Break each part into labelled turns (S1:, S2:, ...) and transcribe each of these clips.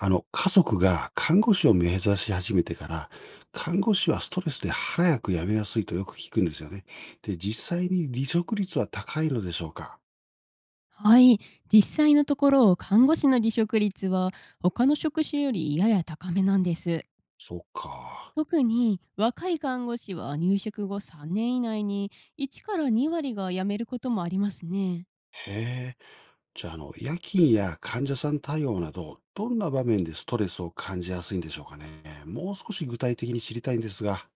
S1: 家族が看護師を目指し始めてから、看護師はストレスで早く辞めやすいとよく聞くんですよね。で、実際に離職率は高いのでしょうか。
S2: はい、実際のところ看護師の離職率は他の職種よりやや高めなんです。
S1: そっか。
S2: 特に若い看護師は入職後3年以内に1から2割が辞めることもありますね。
S1: へえ。じゃあ、夜勤や患者さん対応など、どんな場面でストレスを感じやすいんでしょうかね。もう少し具体的に知りたいんですが。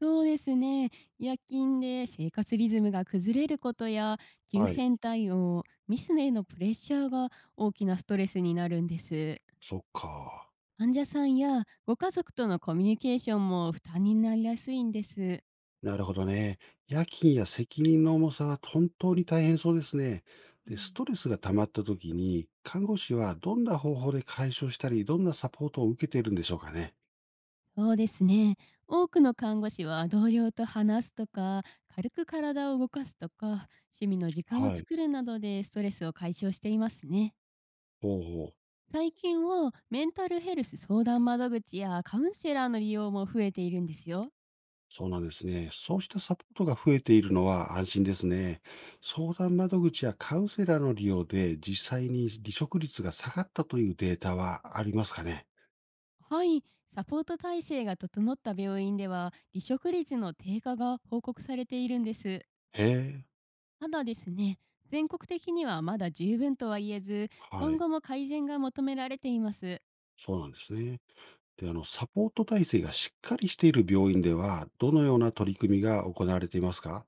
S2: そうですね。夜勤で生活リズムが崩れることや急
S1: はい。
S2: 変対応、ミスへのプレッシャーが大きなストレスになるんです。
S1: そっか。
S2: 患者さんやご家族とのコミュニケーションも負担になりやすいんです。
S1: なるほどね。夜勤や責任の重さは本当に大変そうですね。
S2: う
S1: で、ス
S2: ん。
S1: トレスが溜まった時に、看護師はどんな方法で解消したり、どんなサポートを受けているんでしょうかね。
S2: そうですね。多くの看護師は同僚と話すとか、軽く体を動かすとか、趣味の時間を
S1: はい。
S2: 作るなどでストレスを解消していますね。
S1: ほうほう。
S2: 最近はメンタルヘルス相談窓口やカウンセラーの利用も増えているんですよ。
S1: そうなんですね。そうしたサポートが増えているのは安心ですね。相談窓口やカウンセラーの利用で実際に離職率が下がったというデータはありますかね。
S2: はい、サポート体制が整った病院では離職率の低下が報告されているんです。
S1: へえ。
S2: ただですね、全国的にはまだ十分とは言えず、
S1: は
S2: 今
S1: い。
S2: 後も改善が求められています。
S1: そうなんですね。で、サポート体制がしっかりしている病院では、どのような取り組みが行われていますか。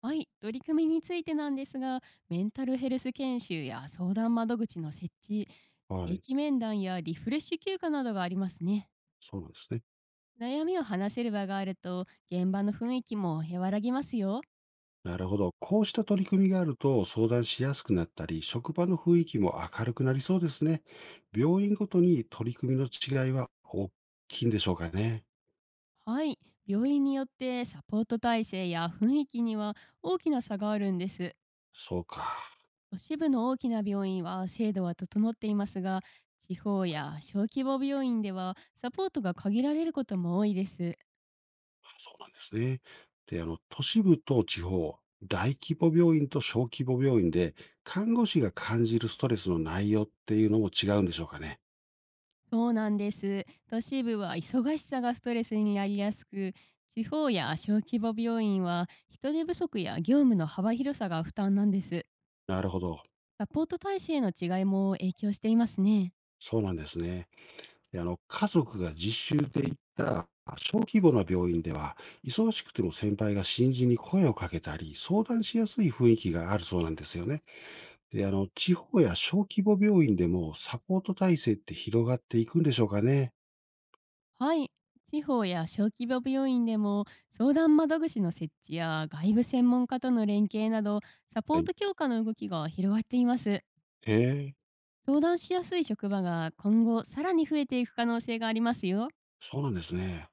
S2: はい、取り組みについてなんですが、メンタルヘルス研修や相談窓口の設置、
S1: は
S2: 定
S1: い。
S2: 期面談やリフレッシュ休暇などがありますね。
S1: そうなんですね。
S2: 悩みを話せる場があると、現場の雰囲気も和らぎますよ。
S1: なるほど。こうした取り組みがあると、相談しやすくなったり、職場の雰囲気も明るくなりそうですね。病院ごとに取り組みの違いは大きいんでしょうかね。
S2: はい、病院によってサポート体制や雰囲気には大きな差があるんです。
S1: そうか。
S2: 都市部の大きな病院は制度は整っていますが、地方や小規模病院ではサポートが限られることも多いです。
S1: そうなんですね。で、都市部と地方、大規模病院と小規模病院で、看護師が感じるストレスの内容っていうのも違うんでしょうかね。
S2: そうなんです。都市部は忙しさがストレスになりやすく、地方や小規模病院は人手不足や業務の幅広さが負担なんです。
S1: なるほど。
S2: サポート体制の違いも影響していますね。
S1: そうなんですね。で家族が実習で行った小規模な病院では、忙しくても先輩が新人に声をかけたり、相談しやすい雰囲気があるそうなんですよね。で、地方や小規模病院でもサポート体制って広がっていくんでしょうかね。
S2: はい。地方や小規模病院でも相談窓口の設置や外部専門家との連携など、サポ
S1: は
S2: ー
S1: い。
S2: ト強化の動きが広がっています。
S1: へえ、
S2: 相談しやすい職場が今後さらに増えていく可能性がありますよ。
S1: そうなんですね。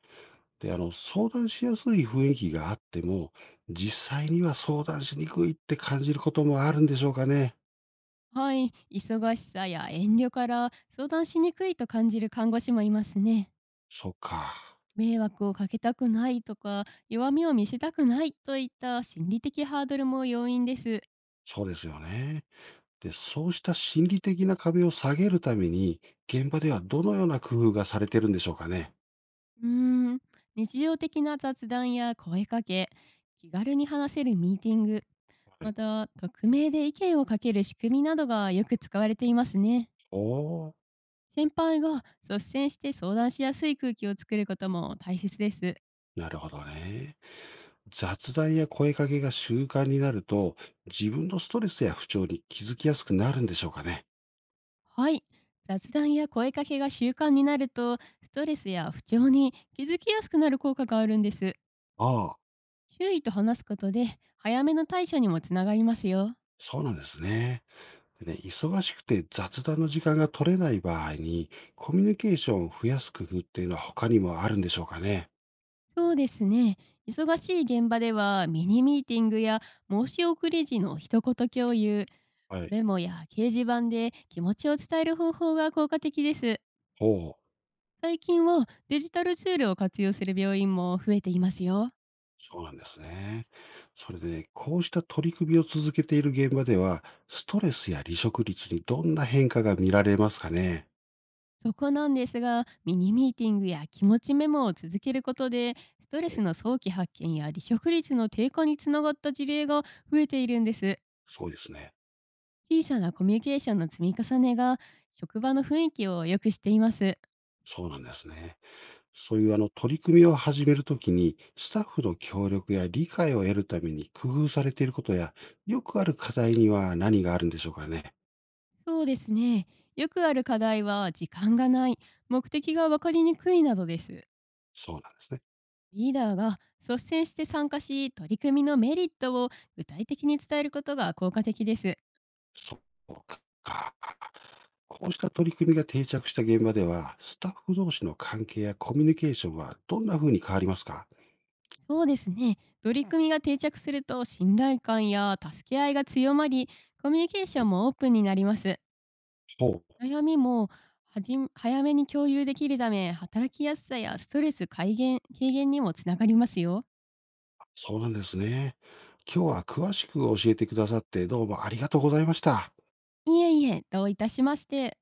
S1: で、相談しやすい雰囲気があっても、実際には相談しにくいって感じることもあるんでしょうかね。
S2: はい、忙しさや遠慮から相談しにくいと感じる看護師もいますね。
S1: そっか。
S2: 迷惑をかけたくないとか弱みを見せたくないといった心理的ハードルも要因です。
S1: そうですよね。で、そうした心理的な壁を下げるために、現場ではどのような工夫がされてるんでしょうかね？
S2: うーん、日常的な雑談や声かけ、気軽に話せるミーティング、
S1: は
S2: ま
S1: い。
S2: た匿名で意見をかける仕組みなどがよく使われていますね。
S1: おお、
S2: 先輩が率先して相談しやすい空気を作ることも大切です。
S1: なるほどね。雑談や声かけが習慣になると、自分のストレスや不調に気づきやすくなるんでしょうかね？
S2: はい。雑談や声かけが習慣になると、ストレスや不調に気づきやすくなる効果があるんです。
S1: ああ、
S2: 周囲と話すことで、早めの対処にもつながりますよ。
S1: そうなんですね。でね、忙しくて雑談の時間が取れない場合に、コミュニケーションを増やす工夫っていうのは他にもあるんでしょうかね？
S2: そうですね。忙しい現場では、ミニミーティングや申し送り時の一言共有、
S1: はい。
S2: メモや掲示板で気持ちを伝える方法が効果的です。
S1: ほう。
S2: 最近はデジタルツールを活用する病院も増えていますよ。
S1: そうなんですね。それでね、こうした取り組みを続けている現場では、ストレスや離職率にどんな変化が見られますかね。
S2: そこなんですが、ミニミーティングや気持ちメモを続けることで、ストレ
S1: は
S2: ス
S1: い、
S2: の早期発見や離職率の低下につながった事例が増えているんです。
S1: そうですね。
S2: 小さなコミュニケーションの積み重ねが、職場の雰囲気を良くしています。
S1: そうなんですね。そういう取り組みを始めるときに、スタッフの協力や理解を得るために工夫されていることや、よくある課題には何があるんでしょうかね。
S2: そうですね。よくある課題は、時間がない、目的が分かりにくいなどです。
S1: そうなんですね。
S2: リーダーが率先して参加し、取り組みのメリットを具体的に伝えることが効果的です。
S1: そうか。こうした取り組みが定着した現場では、スタッフ同士の関係やコミュニケーションはどんな風に変わりますか。
S2: そうですね。取り組みが定着すると信頼感や助け合いが強まり、コミュニケーショ
S1: はい、
S2: ンもオープンになります。
S1: ほう、
S2: 悩みもはじん早めに共有できるため、働きやすさやストレス改減軽減にもつながりますよ。
S1: そうなんですね。今日は詳しく教えてくださってどうもありがとうございました。
S2: いえいえ、どういたしまして。